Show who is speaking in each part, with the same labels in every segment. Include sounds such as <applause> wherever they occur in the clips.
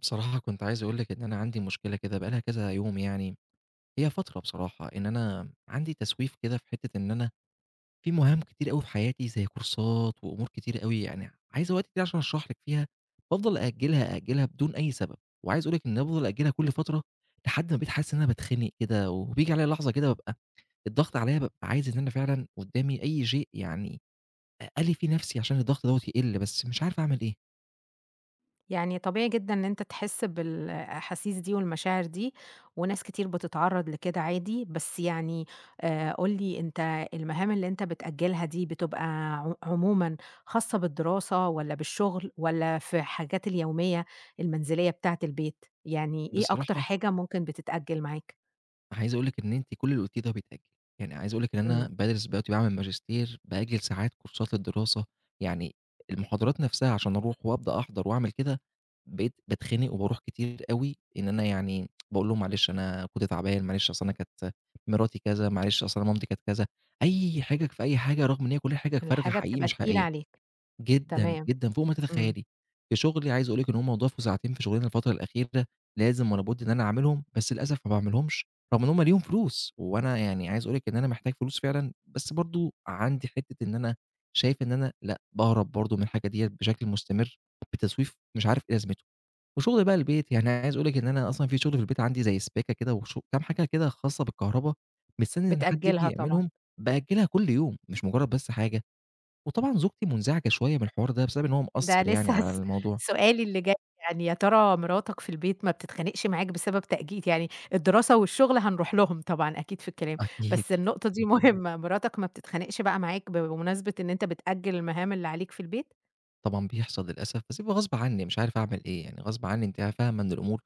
Speaker 1: بصراحة كنت عايز أقول لِك إن أنا عندي مشكلة كده بقى لها كذا يوم يعني، هي فترة بصراحة، إن أنا عندي تسويف كده في حتة إن أنا في مهام كتير أوي في حياتي زي كورسات وأمور كتير أوي يعني عايزة وقت كتير عشان أشرح لِك فيها، بافضل أأجلها، أأجلها بدون أي سبب، وعايز أقول لِك إن أنا بافضل أأجلها كل فترة لحد ما بقيت حاسس إن أنا باتخنق كده، وبييجي عليَّ لحظة كده بابقى الضغط عليَّ بابقى عايز إن أنا فعلًا قدامي أي شيء يعني ألِف فيه نفسي عشان الضغط دوّة يقل، بس مش عارف أعمل إيه.
Speaker 2: يعني طبيعي جدًا إن أنت تحس بالأحاسيس دي والمشاعر دي، وناس كتير بتتعرّض لكده عادي، بس يعني قُل لي أنت المهام اللي أنت بتأجّلها دي بتبقى عمومًا خاصة بالدراسة والّا بالشغل والّا في الحاجات اليومية المنزلية بتاعة البيت؟ يعني إيه أكتر
Speaker 1: بصراحة
Speaker 2: حاجة ممكن بتتأجّل معاك؟
Speaker 1: عايز أقول لِك إن أنتِ كل اللي قُلتيه ده بيتأجل، يعني عايز أقول لِك إن أنا
Speaker 2: إمم،
Speaker 1: بادرس دلوقتي باعمل ماجستير، بأجل ساعات كورسات الدراسة، يعني المحاضرات نفسها عشان أروح وأبدأ أحضر وأعمل كده، بقيت باتخنق وباروح كتير أوي، إن أنا يعني باقول لهم معلش أنا كنت تعبان، معلش أصل أنا كانت مراتي كذا، معلش أصل أنا مامتي كانت كذا، أي حجج في أي حاجة رغم إن هي كلها حجج فارغة
Speaker 2: الحاجة
Speaker 1: حقيقي
Speaker 2: بتبقى
Speaker 1: مش
Speaker 2: تقيلة
Speaker 1: حقيقية.
Speaker 2: عليك،
Speaker 1: جدًا،
Speaker 2: تمام،
Speaker 1: جدًا، فوق ما
Speaker 2: إمم،
Speaker 1: تتخيّلي. في شغلي عايز أقول لِك إن هم ضافوا ساعتين في شغلنا الفترة الأخيرة، لازم ولا بُد إن أنا أعملهم، بس للأسف ما باعملهمش، رغم إن هم ليهم فلوس، وأنا يعني عايز أقول لِك إن أنا محتاج فلوس فعلًا، بس برضه عندي حتّة إن أنا شايف إن أنا لأ، باهرب برضه من الحاجة ديّة بشكل مستمر بتسويف مش عارف إيه لازمته. وشغل بقى البيت، يعني عايز أقول لِك إن أنا أصلًا في شغل في البيت عندي زي سباكة كده وشغ كام حاجة كده خاصة بالكهربا، مستني إن حد ييجي
Speaker 2: بتأجّلها طبعًا.
Speaker 1: يعملهم، بأجّلها كل يوم، مش مجرّد بس حاجة وطبعًا زوجتي منزعجة شوية من الحوار ده بسبب إن هو
Speaker 2: ده
Speaker 1: مأثّر يعني
Speaker 2: لسه <laughs>
Speaker 1: على الموضوع.
Speaker 2: سؤالي اللي جاي، يعني يا ترى مراتك في البيت ما بتتخانقش معاك بسبب تأجيل يعني الدراسة والشغل هنروح لهم طبعًا أكيد في الكلام،
Speaker 1: أكيد.
Speaker 2: بس النقطة دي <laughs> مهمة، مراتك ما بتتخانقش بقى معاك بمناسبة إن أنت بتأجل المهام اللي عليك في البيت؟
Speaker 1: طبعًا بيحصل للأسف، بس بيبقى غصب عني مش عارف أعمل إيه، يعني غصب عني أنتِ فاهمة إن الأمور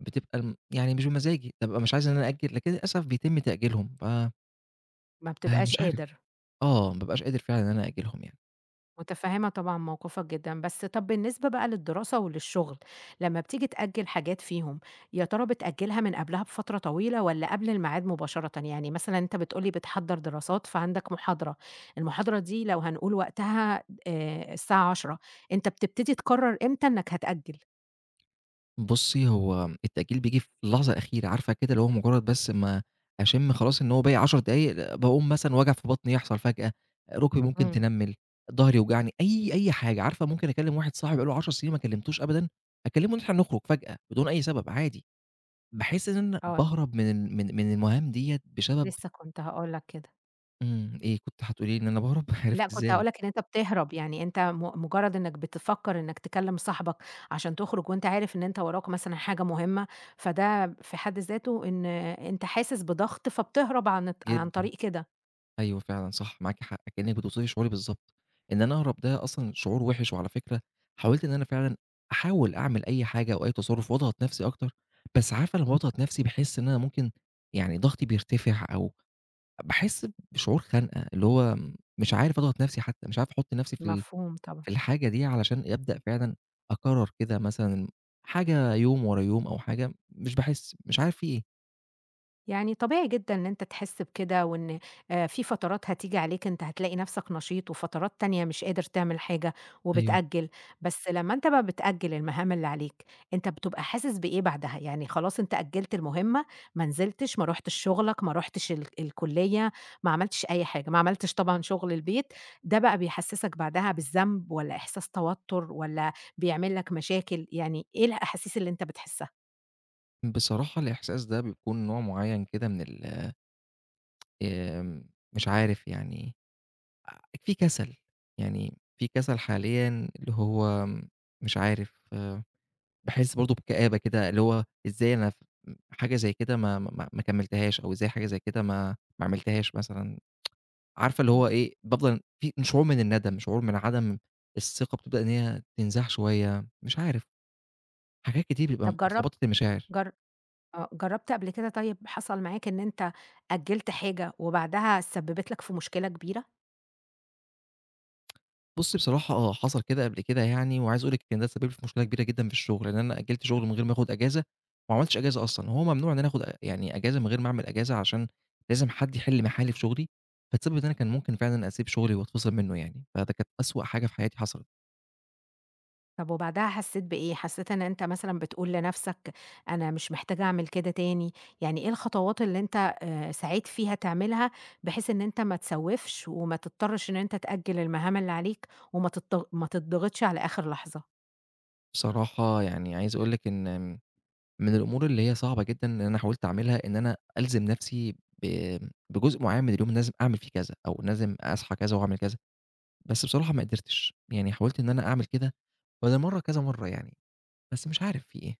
Speaker 1: بتبقى م يعني مش بمزاجي، بابقى مش عايز إن أنا أأجّل، لكن للأسف بيتم تأجيلهم، ف
Speaker 2: ما بتبقاش
Speaker 1: فمش عارف،
Speaker 2: قادر.
Speaker 1: آه، ما بابقاش قادر فعلًا إن أنا أأجّلهم يعني.
Speaker 2: متفهمة طبعًا موقفك جدًا، بس طب بالنسبة بقى للدراسة وللشغل، لمّا بتيجي تأجّل حاجات فيهم، يا ترى بتأجّلها من قبلها بفترة طويلة والّا قبل الميعاد مباشرةً؟ يعني مثلًا أنت بتقول لي بتحضّر دراسات فعندك محاضرة، المحاضرة دي لو هنقول وقتها الساعة 10:00، أنت بتبتدي تقرر إمتى إنك هتأجّل؟
Speaker 1: بُصّي، هو التأجيل بييجي في اللحظة الأخيرة، عارفة كده اللي هو مجرّد بس ما أشم خلاص إن هو باقي 10 دقايق، باقوم مثلًا وجع في بطني يحصل فجأة، رُكبي ممكن
Speaker 2: إمم،
Speaker 1: تنمّل، ضهري يوجعني، أي حاجة، عارفة ممكن أكلّم واحد صاحبي بقى له 10 سنين ما كلمتوش أبدًا، أكلّمه إن إحنا نخرج فجأة بدون أي سبب عادي، باحس إن أنا
Speaker 2: آه،
Speaker 1: باهرب من ال من من المهام ديّة بسبب
Speaker 2: لسه كنت هاقول لك كده.
Speaker 1: إيه كنت هتقولي لي إن أنا باهرب؟ <laughs>
Speaker 2: لأ،
Speaker 1: عرفت
Speaker 2: كنت
Speaker 1: إزاي،
Speaker 2: هاقول لك إن أنت بتهرب، يعني أنت مجرد إنك بتفكر إنك تكلم صاحبك عشان تخرج وأنت عارف إن أنت وراك مثلًا حاجة مهمة، فده في حد ذاته إن أنت حاسس بضغط فبتهرب عن عن
Speaker 1: جدًا.
Speaker 2: طريق كده،
Speaker 1: أيوه فعلًا صح، معاكِ حق، كأنِّك بتوصفي شعوري بالضبط، إن أنا أهرب ده أصلًا شعور وِحِش، وعلى فكرة حاولت إن أنا فعلًا أحاول أعمل أي حاجة أو أي تصرُّف وأضغط نَفْسي أكتر، بس عارفة لمّا باضغط نَفْسي باحس إن أنا ممكن يعني ضغطي بيرتفع أو باحس بشعور خنقة، اللي هو مش عارف أضغط نَفْسي حتى، مش عارف أحُط نَفْسي في ال
Speaker 2: مفهوم طبعًا.
Speaker 1: في الحاجة دي علشان أبدأ فعلًا أكرّر كده مثلًا حاجة يوم ورا يوم أو حاجة مش باحس مش عارف في إيه.
Speaker 2: يعني طبيعي جدًا إن أنت تحس بكده، وإن في فترات هتيجي عليك أنت هتلاقي نفسك نشيط، وفترات تانية مش قادر تعمل حاجة
Speaker 1: أيوه.
Speaker 2: وبتأجّل، بس لمّا أنت بقى بتأجّل المهام اللي عليك، أنت بتبقى حاسس بإيه بعدها؟ يعني خلاص أنت أجّلت المهمة، ما نزلتش، ما رُحتش شغلك، ما رُحتش الكلية، ما عملتش أي حاجة، ما عملتش طبعًا شغل البيت، ده بقى بيحسسك بعدها بالذنب والّا إحساس توتر والّا بيعمل لك مشاكل؟ يعني إيه الأحاسيس اللي أنت بتحسها؟
Speaker 1: بصراحة الإحساس ده بيكون نوع معيّن كده من ال مش عارف يعني في كسل، يعني في كسل حاليًا اللي هو مش عارف باحس برضه بكآبة كده، اللي هو إزاي أنا ف حاجة زي كده ما كمّلتهاش أو إزاي حاجة زي كده ما عملتهاش مثلًا، عارفة اللي
Speaker 2: إمم.
Speaker 1: هو إيه، بافضل في شعور من الندم، شعور من عدم الثقة بتبدأ إن هي تنزاح شوية، مش عارف، حاجات كتير بيبقى
Speaker 2: طب
Speaker 1: متلخبطة
Speaker 2: جرّبت
Speaker 1: المشاعر.
Speaker 2: جر آه، جرّبت قبل كده طيب حصل معاك إن أنت أجّلت حاجة وبعدها سبّبت لك في مشكلة كبيرة؟
Speaker 1: بُصّي بصراحة آه، حصل كده قبل كده يعني، وعايز أقول لِك إن ده سبب لي في مشكلة كبيرة جدًا في الشغل، لإن أنا أجّلت شغل من غير ما آخُد أجازة، وما عملتش أجازة أصلًا، وهو ممنوع إن أنا آخُد أ يعني أجازة من غير ما أعمل أجازة عشان لازم حد يحِل محلي في شغلي، فتسبب إن أنا كان ممكن فعلًا أسيب شغلي وأتفصل منّه يعني، فده كانت أسوأ حاجة في حياتي حصلت.
Speaker 2: طب وبعدها حسّيت بإيه؟ حسّيت إن أنت مثلًا بتقول لنَفْسك أنا مش محتاج أعمل كده تاني؟ يعني إيه الخطوات اللي أنت سعيت فيها تعملها بحيث إن أنت ما تسوّفش وما تضطرش إن أنت تأجّل المهام اللي عليك وما تضط ما تضغطش على آخر لحظة؟
Speaker 1: بصراحة يعني عايز أقول لِك إن من الأمور اللي هي صعبة جدًا إن أنا حاولت أعملها، إن أنا ألزم نَفْسي ب بجزء معيّن من اليوم لازم أعمل فيه كذا، أو لازم أصحى كذا وأعمل كذا. بس بصراحة ما قدرتش، يعني حاولت إن أنا أعمل كده بدل مرّة كذا مرّة يعني، بس مش عارف في إيه.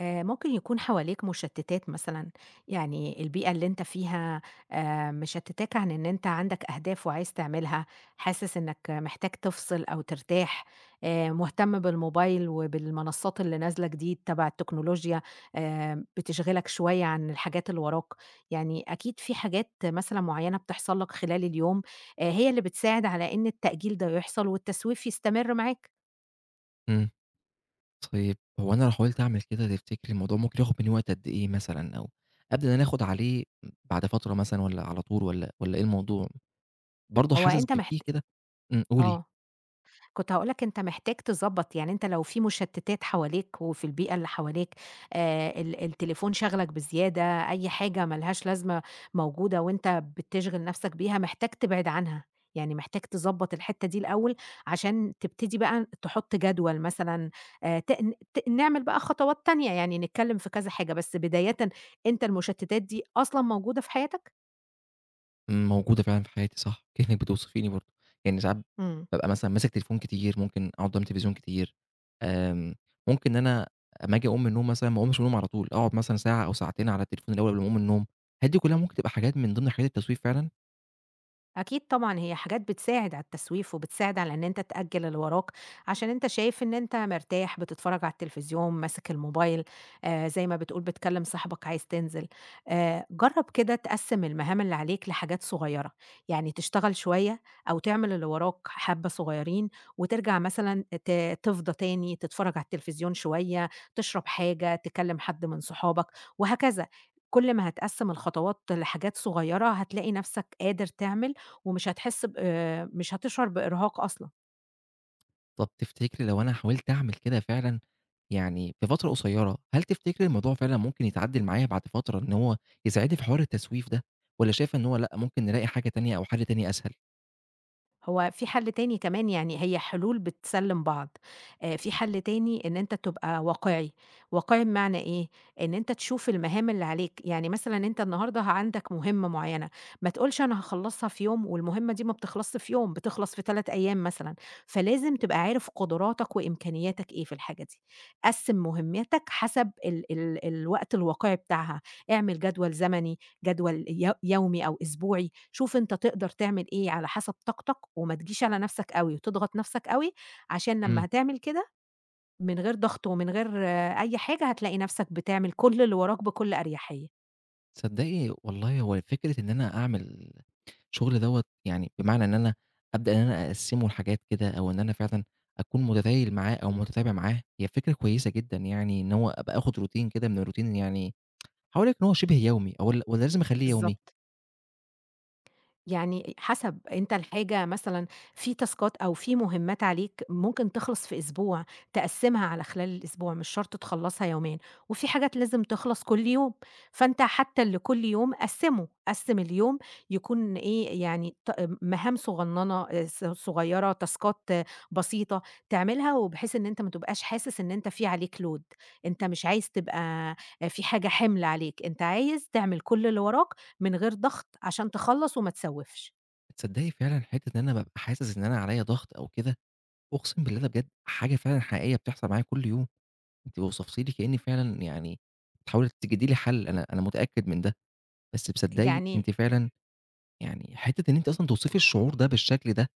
Speaker 2: ممكن يكون حواليك مشتتات مثلًا، يعني البيئة اللي أنت فيها مشتتاك عن إن أنت عندك أهداف وعايز تعملها، حاسس إنك محتاج تفصل أو ترتاح، مهتم بالموبايل وبالمنصات اللي نازلة جديد تبع التكنولوجيا، بتشغلك شوية عن الحاجات اللي وراك، يعني أكيد في حاجات مثلًا معينة بتحصل لك خلال اليوم، هي اللي بتساعد على إن التأجيل ده يحصل والتسويف يستمر معاك،
Speaker 1: إمم، طيب هو أنا لو حاولت أعمل كده تفتكري الموضوع ممكن ياخد منّي وقت قد إيه مثلًا أو أبدأ إن أنا آخد عليه بعد فترة مثلًا والّا على طول والّا إيه الموضوع؟ برضه
Speaker 2: هو
Speaker 1: حاسس
Speaker 2: أنت
Speaker 1: بفيه
Speaker 2: محت
Speaker 1: كده قولي.
Speaker 2: آه. كنت هاقول لك أنت محتاج تضبّط، يعني أنت لو في مشتتات حواليك وفي البيئة اللي حواليك، ال التليفون شاغلك بزيادة، أي حاجة ما لهاش لازمة موجودة وأنت بتشغل نفسك بيها، محتاج تبعد عنها، يعني محتاج تضبّط الحتّة دي الأول، عشان تبتدي بقى تحط جدول مثلًا، تن ت نعمل بقى خطوات تانية، يعني نتكلم في كذا حاجة، بس بدايةً أنت المشتتات دي أصلًا موجودة في حياتك؟
Speaker 1: إمم، موجودة فعلًا في حياتي صح، كأنِّك بتوصفيني برضه، يعني ساعات
Speaker 2: إمم.
Speaker 1: بابقى مثلًا ماسك تليفون كتير، ممكن أقعد قدام التلفزيون كتير، آمم، ممكن إن أنا أمّا آجي أقوم من النوم مثلًا ما أقومش من النوم على طول، أقعد مثلًا ساعة أو ساعتين على التليفون الأول قبل ما أقوم من النوم، هل دي كلّها ممكن تبقى حاجات من ضمن حاجات التسويف فعلًا؟
Speaker 2: أكيد طبعًا، هي حاجات بتساعد على التسويف، وبتساعد على إن أنت تأجّل اللي وراك، عشان أنت شايف إن أنت مرتاح، بتتفرّج على التلفزيون، ماسك الموبايل، زي ما بتقول بتكلّم صاحبك عايز تنزل. جرّب كده تقسّم المهام اللي عليك لحاجات صغيّرة، يعني تشتغل شوية أو تعمل اللي وراك حبّة صغيّرين، وترجع مثلًا تفضى تاني، تتفرّج على التلفزيون شوية، تشرب حاجة، تكلّم حد من صحابك، وهكذا. كل ما هتقسّم الخطوات لحاجات صغيّرة، هتلاقي نفسك قادر تعمل ومش هتحس ب مش هتشعر بإرهاق أصلًا.
Speaker 1: طَب تفتكري لو أنا حاولت أعمل كده فعلًا يعني في فترة قصيّرة، هل تفتكري الموضوع فعلًا ممكن يتعدّل معايا بعد فترة إن هو يساعدني في حوار التسويف ده والّا شايفة إن هو لأ، ممكن نلاقي حاجة تانية أو حل تاني أسهل؟
Speaker 2: هو في حل تاني كمان يعني هي حلول بتسلِّم بعض. في حل تاني إن أنت تبقى واقعي. واقعي بمعنى إيه؟ إن أنت تشوف المهام اللي عليك. يعني مثلًا أنت النهارده عندك مهمة معيّنة، ما تقولش أنا هاخلّصها في يوم والمهمة دي ما بتخلصش في يوم، بتخلص في 3 أيام مثلًا. فلازم تبقى عارف قدراتك وإمكانياتك إيه في الحاجة دي. قسِّم مهمتك حسب ال ال الوقت الواقعي بتاعها. اعمل جدول زمني، جدول يومي أو أسبوعي، شوف أنت تقدر تعمل إيه على حسب طاقتك، وما تجيش على نفسك أوي وتضغط نفسك أوي، عشان لمّا
Speaker 1: إمم.
Speaker 2: هتعمل كده من غير ضغط ومن غير آه، أي حاجة، هتلاقي نفسك بتعمل كل اللي وراك بكل أريحية.
Speaker 1: تصدّقي والله هو فكرة إن أنا أعمل الشغل دوّة يعني بمعنى إن أنا أبدأ إن أنا أقسّمه لحاجات كده أو إن أنا فعلًا أكون متذيّل معاه أو متتابع معاه، هي فكرة كويسة جدًا يعني إن هو أبقى آخُد روتين كده من الروتين يعني هاقول لِك إن هو شِبه يومي أو ال والّا لازم أخلّيه يومي؟
Speaker 2: بالضبط. يعني حسب، أنت الحاجة مثلًا في تاسكات أو في مهمات عليك ممكن تخلص في أسبوع، تقسّمها على خلال الأسبوع، مش شرط تخلّصها يوميًا، وفي حاجات لازم تخلص كل يوم، فأنت حتى اللي كل يوم قسّمه، قسّم اليوم يكون إيه، يعني مهام صغننة ص صغيرة، تاسكات آه، بسيطة تعملها، وبحيث إن أنت ما تبقاش حاسس إن أنت في عليك load، أنت مش عايز تبقى آه، في حاجة حِمل عليك، أنت عايز تعمل كل اللي وراك من غير ضغط عشان تخلّص وما تسوّفش.
Speaker 1: تصدّقي فعلًا حتّة إن أنا بابقى حاسس إن أنا عليّا ضغط أو كده، أقسم بالله ده بجد حاجة فعلًا حقيقية بتحصل معايا كل يوم، أنتِ وصفتِ لي كإني فعلًا يعني بتحاولي تجدّي لي حَل، أنا متأكد من ده، بس تصدّقي أنتِ
Speaker 2: يعني
Speaker 1: فعلًا يعني حتّة إن أنتِ أصلًا توصفي الشعور ده بالشكل ده،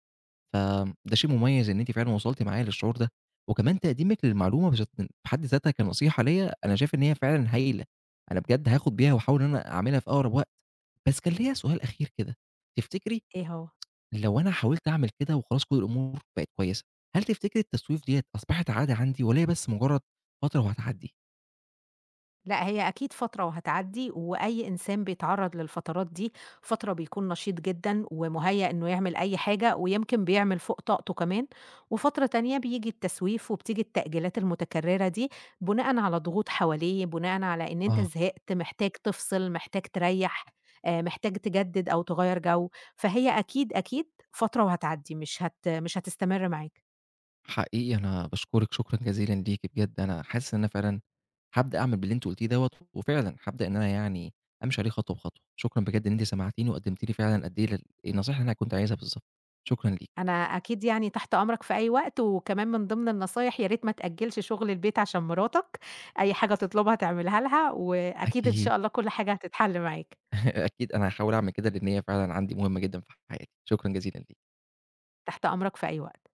Speaker 1: فده شيء مميز إن أنتِ فعلًا وصلتِ معايا للشعور ده، وكمان تقديمِك للمعلومة بش في حد ذاتها كنصيحة ليّا، أنا شايف إن هي فعلًا هايلة، أنا بجد هاخد بيها واحاول إن أنا أعملها في أقرب وقت. بس كان ليّا سؤال أخير كده، تفتكري
Speaker 2: إيه هو؟
Speaker 1: لو أنا حاولت أعمل كده وخلاص كل الأمور بقت كويسة، هل تفتكري التسويف ديّة أصبحت عادة عندي والّا هي بس مجرد فترة وهتعدي؟
Speaker 2: لأ، هي أكيد فترة وهتعدّي، وأي إنسان بيتعرّض للفترات دي، فترة بيكون نشيط جدًا ومُهيّأ إنه يعمل أي حاجة ويمكن بيعمل فوق طاقته كمان، وفترة تانية بييجي التسويف وبتيجي التأجيلات المتكرّرة دي بُناءً على ضغوط حواليه، بُناءً على إن أنت
Speaker 1: آه.
Speaker 2: زهقت، محتاج تفصل، محتاج تريّح، محتاج تجدّد أو تغيّر جو، فهي أكيد، أكيد فترة وهتعدّي، مش هتستمر معاك.
Speaker 1: حقيقي أنا باشكرِك شكرًا جزيلًا ليكِ بجد، أنا حاسس إن أنا فعلًا هابدأ أعمل باللي أنتِ قُلتيه دوّة، وفعلًا هابدأ إن أنا يعني أمشي عليه خطوة بخطوة، شكرًا بجد إن أنتِ سمعتيني وقدّمتِ لي فعلًا قد إيه ال النصايح اللي أنا كنت عايزها بالضبط، شكرًا ليكِ.
Speaker 2: أنا أكيد يعني تحت أمرك في أي وقت، وكمان من ضمن النصايح يا ريت ما تأجّلش شغل البيت عشان مراتك، أي حاجة تطلبها تعملها لها، وأكيد إن
Speaker 1: أكيد،
Speaker 2: شاء الله كل حاجة هتتحل معاك،
Speaker 1: <laughs> أكيد أنا هاحاول أعمل كده لإن هي فعلًا عندي مهمة جدًا في حياتي، شكرًا جزيلًا ليكِ.
Speaker 2: تحت أمرك في أي وقت.